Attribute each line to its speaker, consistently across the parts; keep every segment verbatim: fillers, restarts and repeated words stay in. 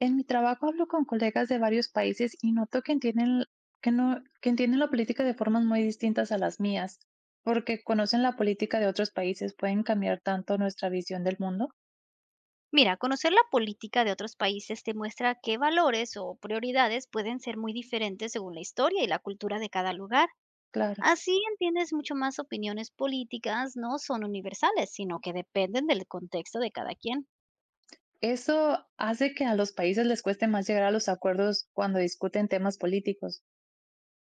Speaker 1: En mi trabajo hablo con colegas de varios países y noto que entienden, que no, que entienden la política de formas muy distintas a las mías, porque conocen la política de otros países, pueden cambiar tanto nuestra visión del mundo.
Speaker 2: Mira, conocer la política de otros países te muestra qué valores o prioridades pueden ser muy diferentes según la historia y la cultura de cada lugar.
Speaker 1: Claro.
Speaker 2: Así entiendes mucho más opiniones políticas no son universales, sino que dependen del contexto de cada quien.
Speaker 1: Eso hace que a los países les cueste más llegar a los acuerdos cuando discuten temas políticos.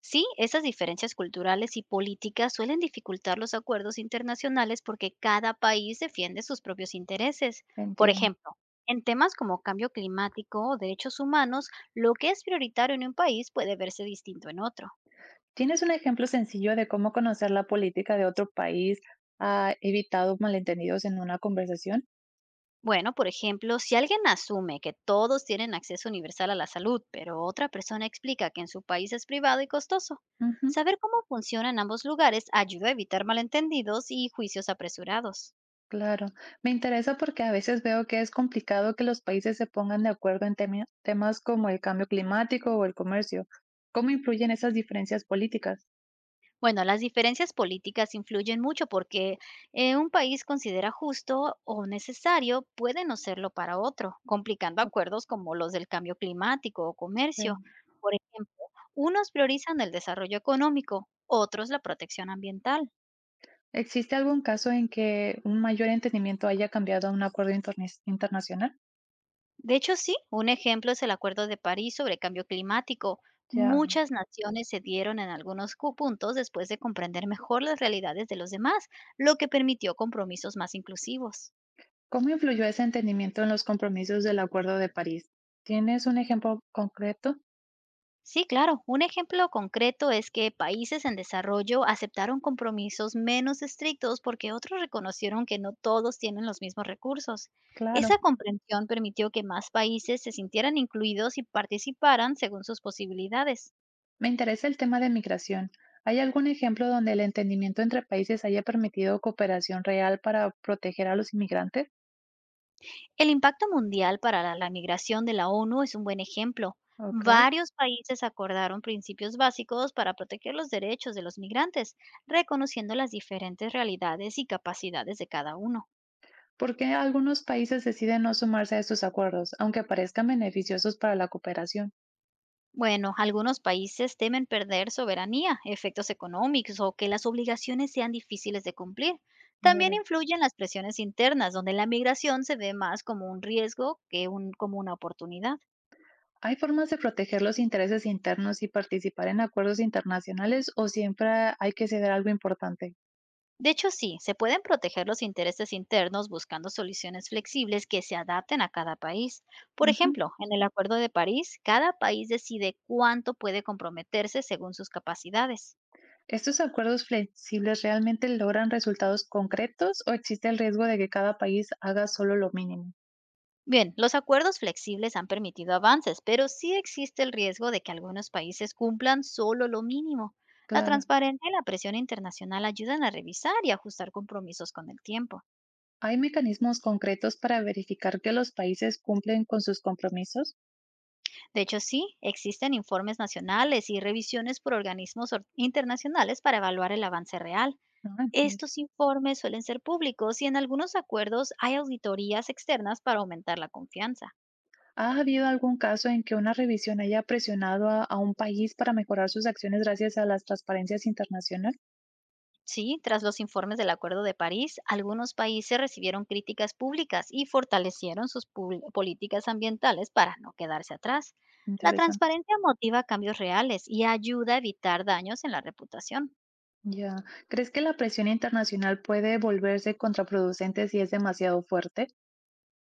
Speaker 2: Sí, esas diferencias culturales y políticas suelen dificultar los acuerdos internacionales porque cada país defiende sus propios intereses. Por
Speaker 1: Entiendo.
Speaker 2: ejemplo, en temas como cambio climático o derechos humanos, lo que es prioritario en un país puede verse distinto en otro.
Speaker 1: ¿Tienes un ejemplo sencillo de cómo conocer la política de otro país ha evitado malentendidos en una conversación?
Speaker 2: Bueno, por ejemplo, si alguien asume que todos tienen acceso universal a la salud, pero otra persona explica que en su país es privado y costoso, saber cómo funciona en ambos lugares ayuda a evitar malentendidos y juicios apresurados.
Speaker 1: Claro, me interesa porque a veces veo que es complicado que los países se pongan de acuerdo en temi- temas como el cambio climático o el comercio. ¿Cómo influyen esas diferencias políticas?
Speaker 2: Bueno, las diferencias políticas influyen mucho porque eh, un país considera justo o necesario puede no serlo para otro, complicando
Speaker 1: Ok.
Speaker 2: acuerdos como los del cambio climático o comercio. Por ejemplo, unos priorizan el desarrollo económico, otros la protección ambiental.
Speaker 1: ¿Existe algún caso en que un mayor entendimiento haya cambiado a un acuerdo internis- internacional?
Speaker 2: De hecho, sí, un ejemplo es el Acuerdo de París sobre cambio climático.
Speaker 1: Ya.
Speaker 2: Muchas naciones se dieron en algunos cu- puntos después de comprender mejor las realidades de los demás, lo que permitió compromisos más inclusivos.
Speaker 1: ¿Cómo influyó ese entendimiento en los compromisos del Acuerdo de París? ¿Tienes un ejemplo concreto?
Speaker 2: Sí, claro, un ejemplo concreto es que países en desarrollo aceptaron compromisos menos estrictos porque otros reconocieron que no todos tienen los mismos recursos.
Speaker 1: Claro.
Speaker 2: Esa comprensión permitió que más países se sintieran incluidos y participaran según sus posibilidades.
Speaker 1: Me interesa el tema de migración. ¿Hay algún ejemplo donde el entendimiento entre países haya permitido cooperación real para proteger a los inmigrantes?
Speaker 2: El impacto mundial para la, la migración de la ONU es un buen ejemplo.
Speaker 1: Ok.
Speaker 2: Varios países acordaron principios básicos para proteger los derechos de los migrantes, reconociendo las diferentes realidades y capacidades de cada uno.
Speaker 1: ¿Por qué algunos países deciden no sumarse a estos acuerdos, aunque parezcan beneficiosos para la cooperación?
Speaker 2: Bueno, algunos países temen perder soberanía, efectos económicos o que las obligaciones sean difíciles de cumplir.
Speaker 1: Ya
Speaker 2: También
Speaker 1: veo.
Speaker 2: influyen las presiones internas, donde la migración se ve más como un riesgo que un- como una oportunidad.
Speaker 1: ¿Hay formas de proteger los intereses internos y participar en acuerdos internacionales o siempre hay que ceder algo importante?
Speaker 2: De hecho, sí, se pueden proteger los intereses internos buscando soluciones flexibles que se adapten a cada país. Por
Speaker 1: Ujú.
Speaker 2: ejemplo, en el Acuerdo de París, cada país decide cuánto puede comprometerse según sus capacidades.
Speaker 1: ¿Estos acuerdos flexibles realmente logran resultados concretos o existe el riesgo de que cada país haga solo lo mínimo?
Speaker 2: Bien, los acuerdos flexibles han permitido avances, pero sí existe el riesgo de que algunos países cumplan solo lo mínimo. La
Speaker 1: Claro.
Speaker 2: transparencia y la presión internacional ayudan a revisar y ajustar compromisos con el tiempo.
Speaker 1: ¿Hay mecanismos concretos para verificar que los países cumplen con sus compromisos?
Speaker 2: De hecho, sí, existen informes nacionales y revisiones por organismos or- internacionales para evaluar el avance real.
Speaker 1: Ah, bien.
Speaker 2: Estos informes suelen ser públicos y en algunos acuerdos hay auditorías externas para aumentar la confianza.
Speaker 1: ¿Ha habido algún caso en que una revisión haya presionado a, a un país para mejorar sus acciones gracias a las transparencias internacionales?
Speaker 2: Sí, tras los informes del Acuerdo de París, algunos países recibieron críticas públicas y fortalecieron sus pul- políticas ambientales para no quedarse atrás. La
Speaker 1: Interesante.
Speaker 2: transparencia motiva cambios reales y ayuda a evitar daños en la reputación.
Speaker 1: Ya. ¿Crees que la presión internacional puede volverse contraproducente si es demasiado fuerte?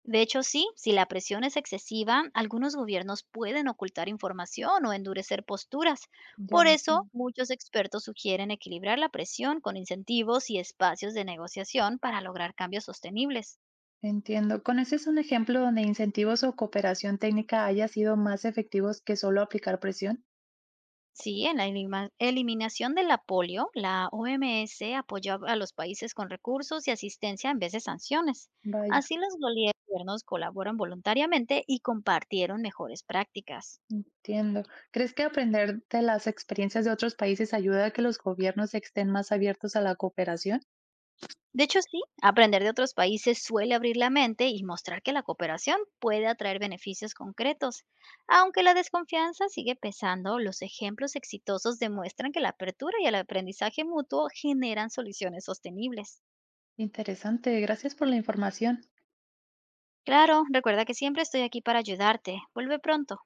Speaker 2: De hecho, sí, si la presión es excesiva, algunos gobiernos pueden ocultar información o endurecer posturas. Por
Speaker 1: Ya. Ya.
Speaker 2: eso, muchos expertos sugieren equilibrar la presión con incentivos y espacios de negociación para lograr cambios sostenibles.
Speaker 1: Entiendo. ¿Con ese es un ejemplo donde incentivos o cooperación técnica haya sido más efectivos que solo aplicar presión?
Speaker 2: Sí, en la elima- eliminación de la polio, la O M S apoyó a a los países con recursos y asistencia en vez de sanciones.
Speaker 1: Vaya.
Speaker 2: Así los gobiernos colaboran voluntariamente y compartieron mejores prácticas.
Speaker 1: Entiendo. ¿Crees que aprender de las experiencias de otros países ayuda a que los gobiernos estén más abiertos a la cooperación?
Speaker 2: De hecho, sí, aprender de otros países suele abrir la mente y mostrar que la cooperación puede atraer beneficios concretos. Aunque la desconfianza sigue pesando, los ejemplos exitosos demuestran que la apertura y el aprendizaje mutuo generan soluciones sostenibles.
Speaker 1: Interesante, gracias por la información.
Speaker 2: Claro, recuerda que siempre estoy aquí para ayudarte. Vuelve pronto.